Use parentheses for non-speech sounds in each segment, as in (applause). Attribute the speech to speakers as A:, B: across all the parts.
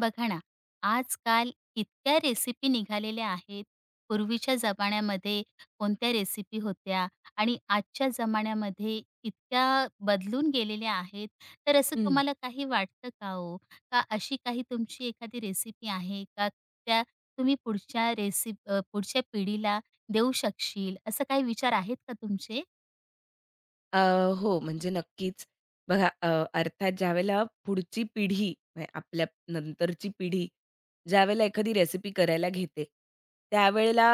A: बघा ना, आजकाल इतक्या रेसिपी निघालेल्या आहेत. पूर्वीच्या जमान्यामध्ये कोणत्या रेसिपी होत्या आणि आजच्या जमान्यामध्ये इतक्या बदलून गेलेल्या आहेत. तर असं
B: हं.
A: तुम्हाला काही वाटतं का हो? का अशी काही तुमची एखादी रेसिपी आहे का? त्या तुम्ही पुढच्या पिढीला देऊ शकशील असं काही विचार आहेत का तुमचे?
B: अ, हो, म्हणजे नक्कीच. बघा अर्थात ज्यावेळेला पुढची पिढी म्हणजे आपल्या नंतरची पिढी ज्यावेळेला एखादी रेसिपी करायला घेते, त्यावेळेला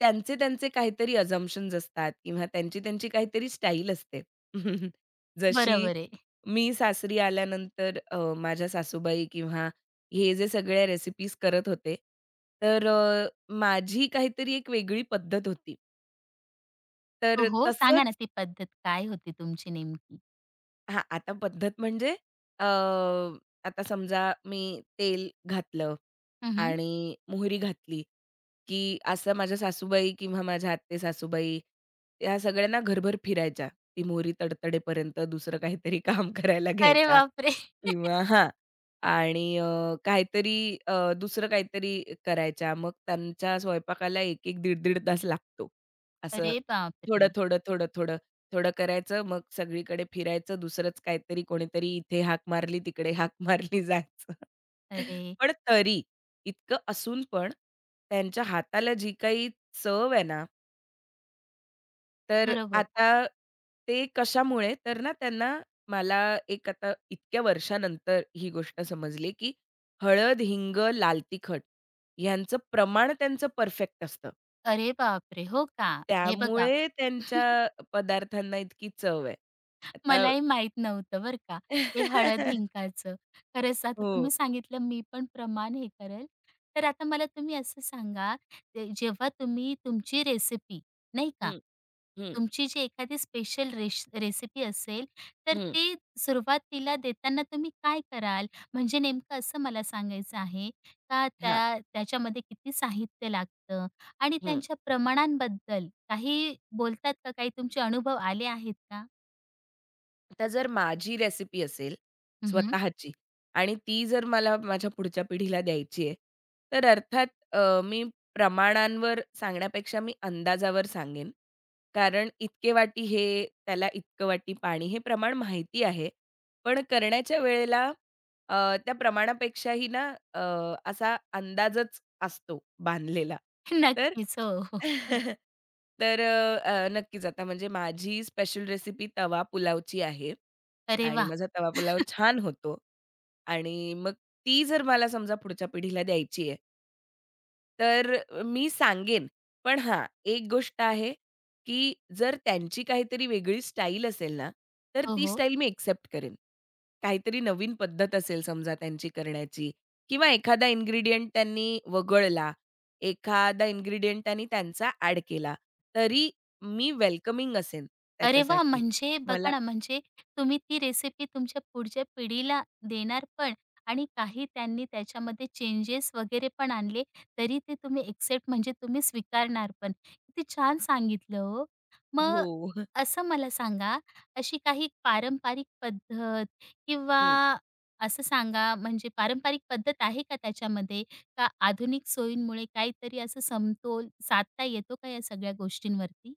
B: त्यांचे काहीतरी अझम्पशन्स असतात किंवा त्यांची काहीतरी स्टाईल असते. (laughs) जशी
A: बरोबर आहे.
B: मी सासरी आल्यानंतर माझ्या सासूबाई किंवा हे जे सगळ्या रेसिपीज करत होते, तर माझी काहीतरी एक वेगळी पद्धत होती.
A: हो,
B: तर
A: हो. सांगा ना
B: तसंच
A: ती पद्धत काय होती तुमची नेमकी?
B: हां, आता पद्धत म्हणजे अ, आता समजा मी तेल घातलं
A: हं, हं.
B: आणि मोहरी घातली, की असं माझ्या सासूबाई किंवा माझ्या आत्ते-सासूबाई या सगळ्यांना घरभर फिरायच्या. ती मोहरी तडतडेपर्यंत दुसरं काहीतरी (laughs) काम करायला
A: अरे
B: घ्यायच्या.
A: बापरे!
B: किंवा हां. आणि काहीतरी अ, दुसरं काहीतरी करायच्या. मग त्यांच्या स्वयंपाकाला 1-1, दीड-दीड तास लागतो. असं
A: अरे
B: थोडं,
A: बापरे!
B: थोडं, थोडं, थोडं, थोडं करायचं. मग सगळीकडे फिरायचं. दुसरंच काहीतरी कोणीतरी इथे हाक मारली, तिकडे हाक मारली जायचं. (laughs)
A: अरे!
B: पण तरी इतकं असून पण त्यांच्या हाताला जी काही चव आहे ना तर
A: बरोबर.
B: आता ते कशामुळे तर ना त्यांना मला एक आता इतक्या वर्षानंतर ही गोष्ट समजली, की हळद, हिंग, लाल तिखट ह्यांचं प्रमाण त्यांचं परफेक्ट असतं.
A: अरे बापरे! हो का? हे बघा,
B: त्यामुळे
A: (laughs)
B: त्यांच्या पदार्थांना इतकी चव आहे. आता
A: मलाही माहीत नव्हतं बरं का, हे हळद
B: (laughs)
A: हिंकाचं. खरंच आता
B: हो.
A: तुम्ही सांगितलं मी पण प्रमाण हे करेल. तर आता मला तुम्ही असं सांगा, ते जेव्हा तुम्ही तुमची रेसिपी नाही का,
B: हं. हं,
A: तुमची जी एखादी स्पेशल रेसिपी असेल, तर
B: हं.
A: ती सुरुवातीला देताना तुम्ही काय कराल? म्हणजे नेमकं असं मला सांगायचं आहे का
B: हां,
A: त्या त्याच्यामध्ये किती साहित्य लागतं आणि
B: हं.
A: त्यांच्या प्रमाणांबद्दल काही बोलतात का? काही तुमचे अनुभव आले आहेत का?
B: आता जर माझी रेसिपी असेल स्वतःची आणि ती जर मला माझ्या पुढच्या पिढीला द्यायची आहे, तर अर्थात मी प्रमाणांवर सांगण्यापेक्षा मी अंदाजावर सांगेन. कारण इतके वाटी हे, त्याला इतकं वाटी पाणी हे प्रमाण माहिती आहे. पण करण्याच्या वेळेला त्या प्रमाणापेक्षाही ना अ, असा अंदाजच असतो बांधलेला. तर
A: नक्कीच. हो, हो.
B: (laughs) तर अ, अ, नक्कीच आता म्हणजे माझी स्पेशल रेसिपी तवा पुलावची आहे
A: अरे
B: आणि
A: वा,
B: माझा तवा पुलाव छान होतो आणि मग ती जर मला समजा पुढच्या पिढीला द्यायची आहे तर मी सांगेन. पण हां, एक गोष्ट आहे, की जर त्यांची काहीतरी वेगळी स्टाईल असेल ना, तर
A: हो,
B: ती
A: हो.
B: स्टाईल मी एक्सेप्ट करेन. काहीतरी नवीन पद्धत असेल समजा त्यांची करण्याची किंवा एखादा इन्ग्रीडिएंट त्यांनी वगळला, एखादा इन्ग्रीडिएंट त्यांनी त्यांचा ॲड केला, तरी मी वेलकमिंग असेन
A: अरे वा
B: त्याच्यासाठी.
A: म्हणजे बघा
B: मला
A: ना, म्हणजे तुम्ही ती रेसिपी तुमच्या पुढच्या पिढीला देणार पण आणि काही त्यांनी त्याच्यामध्ये चेंजेस वगैरे पण आणले, तरी ते तुम्ही एक्सेप्ट म्हणजे तुम्ही स्वीकारणार पण. किती छान सांगितलं हो. मग
B: हो. (laughs)
A: असं मला सांगा, अशी काही पारंपरिक पद्धत किंवा
B: हं.
A: असं सांगा, म्हणजे पारंपरिक पद्धत आहे का त्याच्यामध्ये? का आधुनिक सोयींमुळे काहीतरी असं समतोल साधता येतो का या सगळ्या गोष्टींवरती?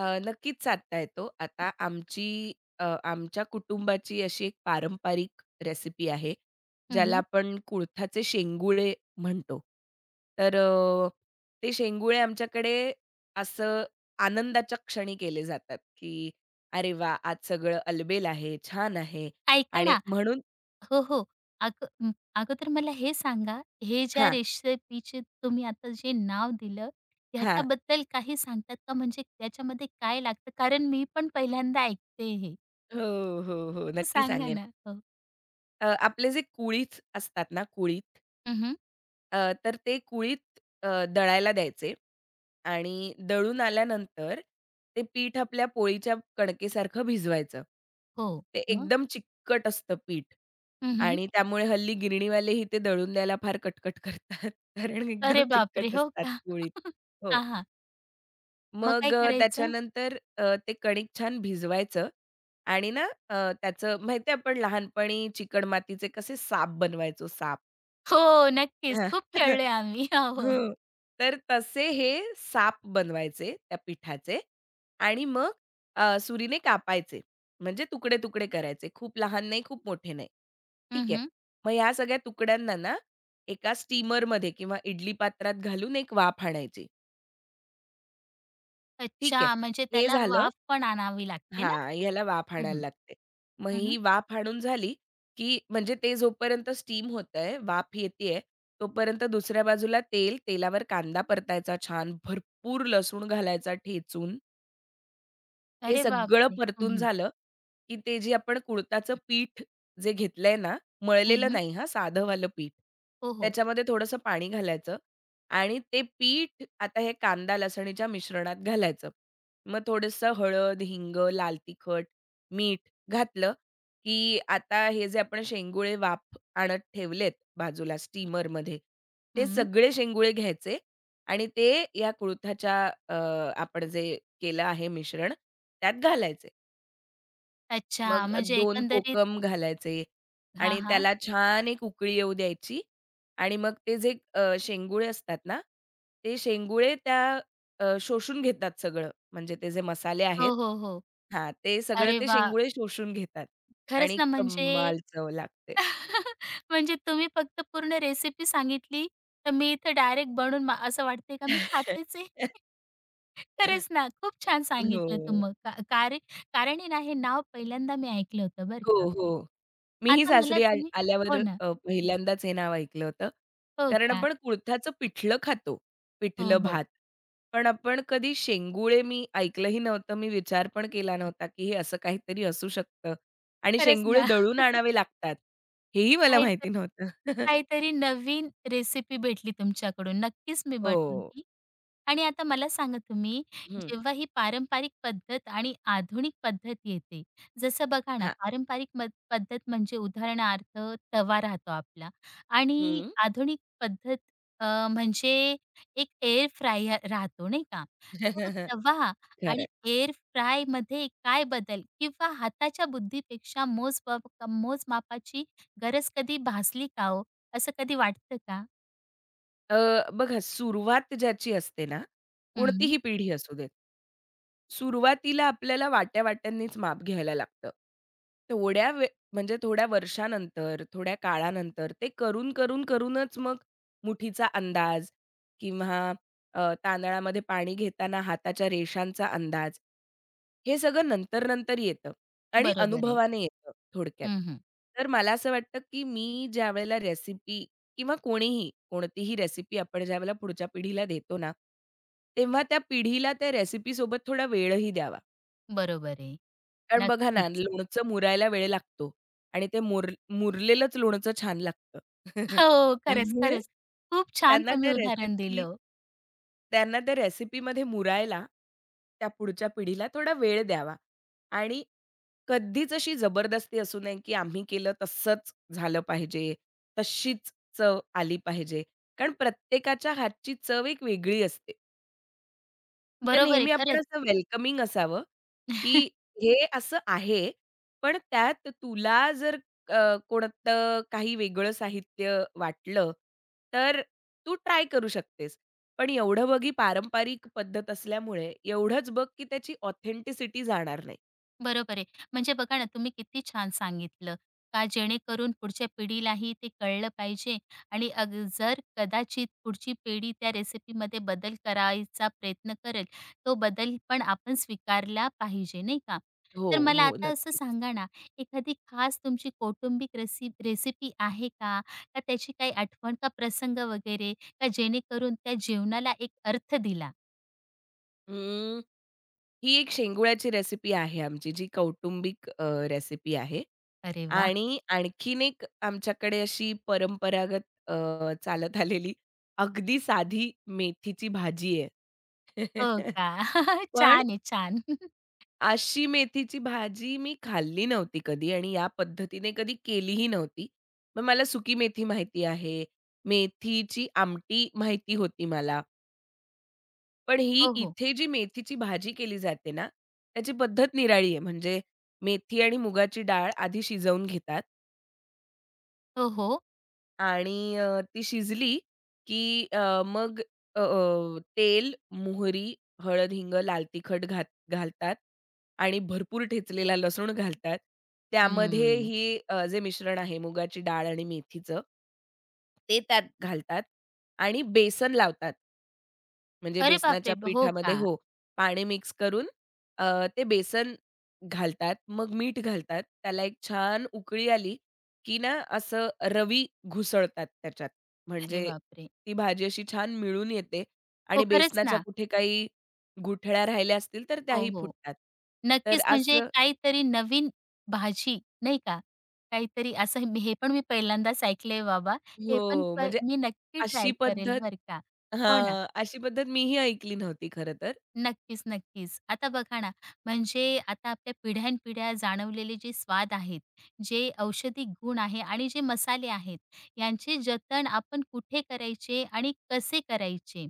B: नक्कीच साधता येतो. आता आमची आमच्या कुटुंबाची अशी एक पारंपरिक रेसिपी आहे, ज्याला
A: हं,
B: आपण कुळथाचे शेंगुळे म्हणतो. तर ते शेंगुळे आमच्याकडे असं आनंदाच्या क्षणी केले जातात, की "अरे वा, आज सगळं अलबेल आहे, छान आहे."
A: ऐका
B: आणि
A: ना
B: म्हणून
A: हो, हो. अगोदर मला हे सांगा, हे ज्या
B: हा
A: रेसिपीचे तुम्ही आता जे नाव दिलं,
B: हां.
A: ह्याच्याबद्दल काही सांगतात का? म्हणजे त्याच्यामध्ये काय लागतं? कारण मी पण पहिल्यांदा ऐकते हे.
B: हो, हो, हो. नक्की
A: सांगा
B: सांगेन.
A: ना? हो.
B: आपले जे कुळीथ असतात ना, कुळीथ
A: हं,
B: तर ते कुळीत दळायला द्यायचे आणि दळून आल्यानंतर ते पीठ आपल्या पोळीच्या कणकेसारखं भिजवायचं.
A: हो.
B: ते
A: मग?
B: एकदम चिकट असतं पीठ
A: हं,
B: आणि त्यामुळे हल्ली गिरणीवालेही ते दळून द्यायला फार कटकट करतात. (laughs) कारण एकदम
A: अरे बापरे!
B: चिकट
A: हो
B: असतात
A: का?
B: पोळी.
A: (laughs)
B: हो.
A: हां, हां. मग
B: मग
A: काय करायचं?
B: त्याच्यानंतर ते कणिक छान भिजवायचं आणि ना त्याचं माहिती आपण लहानपणी चिकणमातीचे कसे साप बनवायचो साप.
A: हो, नक्कीच.
B: हां.
A: खूप खेळलोय
B: (laughs)
A: आम्ही. हो, हो.
B: हो. तर तसे हे साप बनवायचे त्या पिठाचे आणि मग सुरीने कापायचे. म्हणजे तुकडे-तुकडे करायचे. खूप लहान नाही, खूप मोठे नाही. ठीक आहे.
A: हं,
B: मग ह्या सगळ्या तुकड्यांना ना एका स्टीमरमध्ये किंवा इडली पात्रात घालून एक वाफ आणायची. ठीक आहे.
A: अच्छा, म्हणजे
B: हे
A: त्याला
B: झालं
A: वाफ पण आणावी लागते ना?
B: हां, ह्याला वाफ
A: हं,
B: आणायला
A: हं.
B: लागते. मग ही वाफ हाणून झाली, की म्हणजे ते जोपर्यंत स्टीम होतंय, वाफ येतेय, तोपर्यंत दुसऱ्या बाजूला तेल, तेलावर कांदा परतायचा छान, भरपूर लसूण घालायचा ठेचून हे
A: अरे
B: सगळं
A: बापरे! हं,
B: परतून
A: हं.
B: झालं, की ते जे आपण कुळथाचं पीठ जे घेतलंय ना, मळलेलं नाही हां, साधंवालं पीठ.
A: हो, हो.
B: त्याच्यामध्ये थोडंसं पाणी घालायचं आणि ते पीठ आता हे कांदा लसणीच्या मिश्रणात घालायचं. मग थोडंसं हळद, हिंग, लाल तिखट, मीठ घातलं, की आता हे जे आपण शेंगुळे वाफ आणत ठेवलेत बाजूला स्टीमरमध्ये, ते सगळे शेंगुळे घ्यायचे आणि ते या कुळथाच्या अ, आपण जे केलं आहे मिश्रण, त्यात घालायचे.
A: अच्छा,
B: मग
A: म्हणजे
B: दोन
A: एकंदरीत
B: कोकम घालायचे
A: हां,
B: आणि
A: हां.
B: त्याला छान एक उकळी येऊ द्यायची आणि मग ते जे शेंगुळे असतात ना, ते शेंगुळे त्या शोषून घेतात सगळं. म्हणजे ते जे मसाले
A: हो,
B: आहेत
A: हो, हो.
B: हां, ते सगळं
A: अरे
B: ते
A: वा,
B: शेंगुळे शोषून घेतात
A: खरंच
B: आणि
A: ना म्हणजे
B: कमाल चव लागते.
A: (laughs) म्हणजे तुम्ही फक्त पूर्ण रेसिपी सांगितली, तर मी इथं डायरेक्ट बनवून मा असं वाटतंय का मी खातेच आहे.
B: (laughs)
A: (laughs) खरंच ना, खूप छान सांगितलं
B: हो.
A: तुम्ही. का कारे कारण आहे ना, हे नाव पहिल्यांदा मी ऐकलं होतं बरं
B: हो,
A: का.
B: हो. मीही
A: आता मला
B: सासरी
A: तुम्ही
B: आल्यावर
A: हो ना.
B: पहिल्यांदाच हे नाव ऐकलं होतं.
A: हो
B: कारण
A: का?
B: आपण कुळथाचं पिठलं खातो,
A: हो,
B: पिठलं
A: हो.
B: भात. पण आपण कधी शेंगुळे मी ऐकलंही नव्हतं. मी विचार पण केला नव्हता, की हे असं काहीतरी असू शकतं आणि
A: खरंच
B: शेंगुळे
A: ना.
B: दळून
A: (laughs)
B: आणावे लागतात. हेही मला
A: काहीतरी
B: माहिती नव्हतं. (laughs)
A: काहीतरी नवीन रेसिपी भेटली तुमच्याकडून. नक्कीच मी बनवीन
B: हो.
A: ती. आणि आता मला सांगा तुम्ही,
B: हं.
A: जेव्हा ही पारंपरिक पद्धत आणि आधुनिक पद्धत येते, जसं बघा ना,
B: हां.
A: पारंपरिक पद्धत म्हणजे उदाहरणार्थ तवा राहतो आपला आणि
B: हं.
A: आधुनिक पद्धत अ, म्हणजे एक एअर फ्राय राहतो, नाही का? तर
B: (laughs)
A: तवा आणि
B: खरंय.
A: एअर फ्रायमध्ये काय बदल किंवा हाताच्या बुद्धीपेक्षा मोजमापाची गरज कधी भासली का हो? असं कधी वाटतं का?
B: बघा सुरुवात ज्याची असते ना,
A: हं,
B: कोणतीही पिढी असू देत. सुरुवातीला आपल्याला वाट्या-वाट्यांनीच माप घ्यायला लागतं. थोड्या वे म्हणजे थोड्या वर्षानंतर, थोड्या काळानंतर ते करून, करून, करूनच मग मुठीचा अंदाज किंवा तांदळामध्ये पाणी घेताना हाताच्या रेषांचा अंदाज, हे सगळं नंतर-नंतर येतं आणि
A: बरोबर आहे.
B: अनुभवाने येतं थोडक्यात.
A: हं,
B: तर मला असं वाटतं, की मी ज्यावेळेला रेसिपी किंवा कोणीही, कोणतीही रेसिपी आपण ज्यावेळेला पुढच्या पिढीला देतो ना, तेव्हा त्या पिढीला त्या रेसिपीसोबत थोडा वेळही द्यावा.
A: बरोबर आहे.
B: कारण बघा ना,
A: नक्कीच.
B: लोणचं मुरायला वेळ लागतो आणि ते मुर मुरलेलंच लोणचं छान लागतं. (laughs)
A: हो, खरंच,
B: त्यामुळे
A: खरंच. खूप छान
B: त्यांना
A: तुम्ही
B: त्या
A: उदाहरण
B: रेसिपी
A: दिलं.
B: त्यांना त्या रेसिपीमध्ये मुरायला, त्या पुढच्या पिढीला थोडा वेळ द्यावा आणि कधीच अशी जबरदस्ती असू नये, की आम्ही केलं तसंच झालं पाहिजे, तशीच चव आली पाहिजे. कारण प्रत्येकाच्या हातची चव एक वेगळी असते. तर
A: बरोबर आहे
B: नेहमी आपण
A: खरंच.
B: असं वेलकमिंग असावं, की
A: (laughs)
B: हे असं आहे, पण त्यात तुला जर अ, कोणतं काही वेगळं साहित्य वाटलं, तर तू ट्राय करू शकतेस. पण एवढं बघ ही पारंपरिक पद्धत असल्यामुळे एवढंच बघ, की त्याची ऑथेंटिसिटी जाणार नाही.
A: बरोबर आहे. म्हणजे बघा ना, तुम्ही किती छान सांगितलं, का जेणेकरून पुढच्या पिढीलाही ते कळलं पाहिजे आणि अग जर कदाचित पुढची पिढी त्या रेसिपीमध्ये बदल करायचा प्रयत्न करेल, तो बदल पण आपण स्वीकारला पाहिजे, नाही का? तर
B: हो,
A: मला
B: हो.
A: आता असं
B: नक्की.
A: सांगा ना, एखादी खास तुमची कौटुंबिक रेसिपी आहे का? का त्याची काही आठवण का प्रसंग वगैरे, का जेणेकरून त्या जेवणाला एक अर्थ दिला?
B: अं, ही एक शेंगुळ्याची रेसिपी आहे आमची, जी कौटुंबिक रेसिपी आहे.
A: अरे वाह!
B: आणि आणखीन एक आमच्याकडे अशी परंपरागत अ, चालत आलेली अगदी साधी मेथीची भाजी आहे.
A: हो
B: (laughs)
A: का? (laughs)
B: पण
A: छान आहे, छान. (laughs)
B: अशी मेथीची भाजी मी खाल्ली नव्हती कधी आणि या पद्धतीने कधी केलीही नव्हती. मग मला सुकी मेथी माहिती आहे, मेथीची आमटी माहिती होती मला. पण ही
A: हो, हो.
B: इथे जी मेथीची भाजी केली जाते ना, त्याची पद्धत निराळी आहे. म्हणजे मेथी आणि मुगाची डाळ आधी शिजवून घेतात
A: हो, हो.
B: आणि ती शिजली की अ, मग अ, अ, तेल, मोहरी, हळद, हिंग, लाल तिखट घालतात आणि भरपूर ठेचलेला लसूण घालतात. त्यामध्ये
A: हं.
B: हे जे मिश्रण आहे मुगाची डाळ आणि मेथीचं, ते त्यात घालतात आणि बेसन लावतात. म्हणजे
A: अरे
B: बेसनाच्या
A: बापरे! हो
B: पिठामध्ये
A: का?
B: हो, पाणी मिक्स करून ते बेसन घालतात, मग मीठ घालतात. त्याला एक छान उकळी आली, की ना असं रवी घुसळतात त्याच्यात.
A: अरे
B: म्हणजे
A: बापरे!
B: ती भाजी अशी छान मिळून येते
A: हो,
B: आणि
A: खरंच
B: बेसनाच्या
A: ना.
B: कुठे काही गुठळ्या राहिल्या असतील तर
A: हो,
B: त्याही
A: हो.
B: फुटतात. तर
A: नक्कीच म्हणजे
B: असं
A: काहीतरी नवीन भाजी नाही का? काहीतरी असं मी हे पण मी पहिल्यांदाच ऐकलंय बाबा. हे पण
B: हो,
A: प
B: म्हणजे
A: मी नक्की
B: अशी
A: ट्राय करेल
B: पद्धत
A: बरं का. हो ना.
B: हां, अशी पद्धत मीही ऐकली नव्हती खरं तर.
A: नक्कीच, नक्कीच. आता बघा ना, म्हणजे आता आपल्या पिढ्यानपिढ्या जाणवलेले जे स्वाद आहेत, जे औषधी गुण आहे आणि जे मसाले आहेत, यांचे जतन आपण कुठे करायचे आणि कसे करायचे?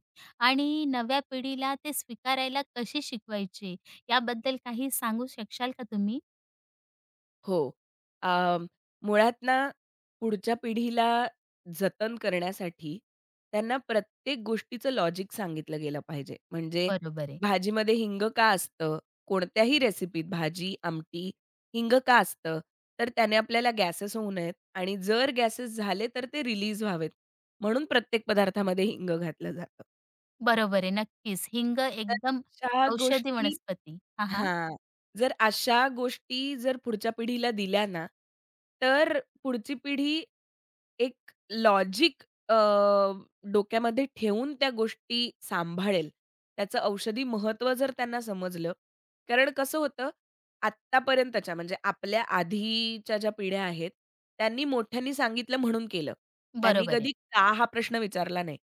A: आणि नव्या पिढीला ते स्वीकारायला कसे शिकवायचे? याबद्दल काही सांगू शकशाल का तुम्ही?
B: हो. अ, मुळात ना, पुढच्या पिढीला जतन करण्यासाठी त्यांना प्रत्येक गोष्टीचं लॉजिक सांगितलं गेलं पाहिजे. म्हणजे
A: बरोबर आहे.
B: भाजीमध्ये हिंग का असतं? कोणत्याही रेसिपीत भाजी, आमटी, हिंग का असतं? तर त्याने आपल्याला गॅसेस होऊ नयेत आणि जर गॅसेस झाले, तर ते रिलीज व्हावेत. म्हणून प्रत्येक पदार्थामध्ये हिंग घातलं जातं.
A: बरोबर आहे. नक्कीच. हिंग
B: तर
A: एकदम
B: अशा
A: औषधी
B: गोष्टी
A: वनस्पती. हां, हां.
B: हां. जर अशा गोष्टी जर पुढच्या पिढीला दिल्या ना, तर पुढची पिढी एक लॉजिक अ, डोक्यामध्ये ठेवून त्या गोष्टी सांभाळेल. त्याचं औषधी महत्त्व जर त्यांना समजलं. कारण कसं होतं, आत्तापर्यंतच्या म्हणजे आपल्या आधीच्या ज्या पिढ्या आहेत, त्यांनी मोठ्यांनी सांगितलं म्हणून केलं. त्यांनी
A: बरोबर आहे.
B: कधी का हा प्रश्न विचारला नाही.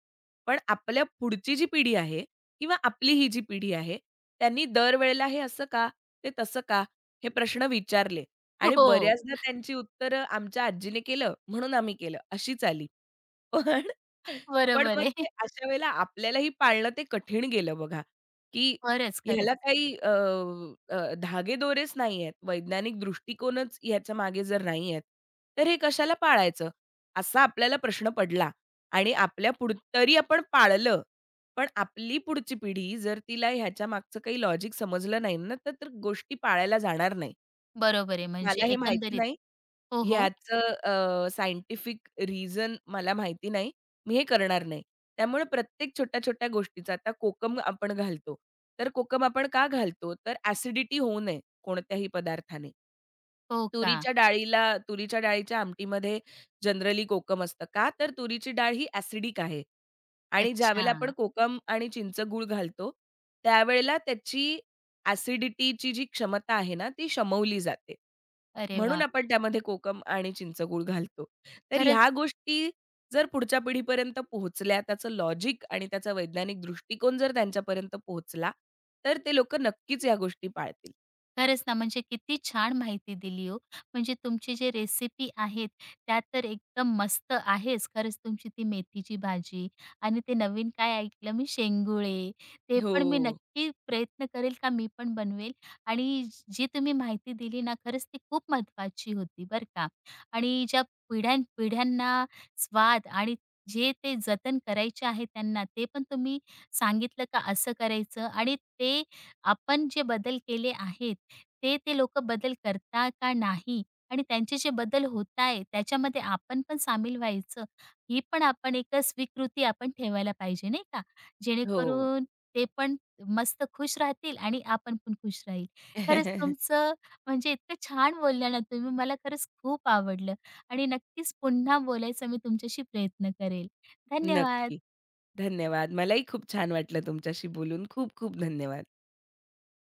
B: पण आपल्या पुढची जी पिढी आहे किंवा आपली ही जी पिढी आहे, त्यांनी दरवेळेला हे असं का? ते तसं का? हे प्रश्न विचारले.
A: हो,
B: आणि
A: हो.
B: बऱ्याचदा त्यांची उत्तरं आमच्या आजीने केलं म्हणून आम्ही केलं अशीच आली. (laughs) पण पण
A: बरोबर
B: मग
A: आहे.
B: ते अशा वेळेला आपल्यालाही पाळणं ते कठीण गेलं बघा, की
A: खरंच, खरंच.
B: ह्याला काही अ, अ, धागेदोरेच नाहीयेत, वैज्ञानिक दृष्टिकोनच ह्याच्या मागे जर नाहीयेत, तर हे कशाला पाळायचं? असा आपल्याला प्रश्न पडला आणि आपल्या पुढ तरी आपण पाळलं. पण आपली पुढची पिढी जर तिला ह्याच्या मागचं काही लॉजिक समजलं नाही ना, तर तर गोष्टी पाळायला जाणार नाही.
A: बरोबर आहे. म्हणजे
B: मला हे माहिती
A: एकंदरीत
B: नाही
A: हो, हो.
B: ह्याचं सायंटिफिक रिझन मला माहिती नाही. मी हे करणार नाही. त्यामुळे प्रत्येक छोट्या-छोट्या गोष्टीचा आता कोकम आपण घालतो. तर कोकम आपण का घालतो? तर ॲसिडिटी होऊ नये कोणत्याही पदार्थाने.
A: हो का?
B: तुरीच्या डाळीला तुरीच्या डाळीच्या आमटीमध्ये जनरली कोकम असतं. का? तर तुरीची डाळ ही ॲसिडिक आहे आणि ज्यावेळेला
A: अच्छा.
B: आपण कोकम आणि चिंच गूळ घालतो, त्यावेळेला त्याची ॲसिडिटीची जी क्षमता आहे ना, ती शमवली जाते.
A: अरे
B: म्हणून
A: वा,
B: आपण त्यामध्ये कोकम आणि चिंचगूळ घालतो. तर ह्या
A: खरंच,
B: गोष्टी जर पुढच्या पिढीपर्यंत पोहोचल्या, त्याचं लॉजिक आणि त्याचा वैज्ञानिक दृष्टिकोन जर त्यांच्यापर्यंत पोहोचला, तर ते लोकं नक्कीच या गोष्टी पाळतील.
A: खरंच ना, म्हणजे किती छान माहिती दिली हो. म्हणजे तुमची जी रेसिपी आहेत, त्या तर एकदम मस्त आहेच. खरंच तुमची ती मेथीची भाजी आणि ते नवीन काय ऐकलं मी शेंगुळे. ते
B: हो.
A: पण मी नक्की प्रयत्न करेल का मी पण बनवेल आणि जी तुम्ही माहिती दिली ना, खरंच ती खूप महत्त्वाची होती बरं का. आणि ज्या पिढ्यानपिढ्यांना स्वाद आणि जे ते जतन करायचे आहे त्यांना, ते पण तुम्ही सांगितलं का असं करायचं आणि ते आपण जे बदल केले आहेत, ते लोकं बदल करता का नाही आणि त्यांचे जे बदल होत आहे त्याच्यामध्ये आपण पण सामील व्हायचं. ही पण आपण एक स्वीकृती आपण ठेवायला पाहिजे नाही का?
B: हो.
A: जेणेकरून ते पण मस्त खुश राहतील आणि आपण पण खुश राहील. खरंच
B: (laughs)
A: तुमचं म्हणजे इतकं छान बोलल्या ना तुम्ही मला खरंच खूप आवडलं आणि नक्कीच पुन्हा बोलायचा मी तुमच्याशी प्रयत्न करेल.
B: नक्की.
A: धन्यवाद.
B: धन्यवाद. मलाही खूप छान वाटलं तुमच्याशी बोलून. खूप खूप धन्यवाद.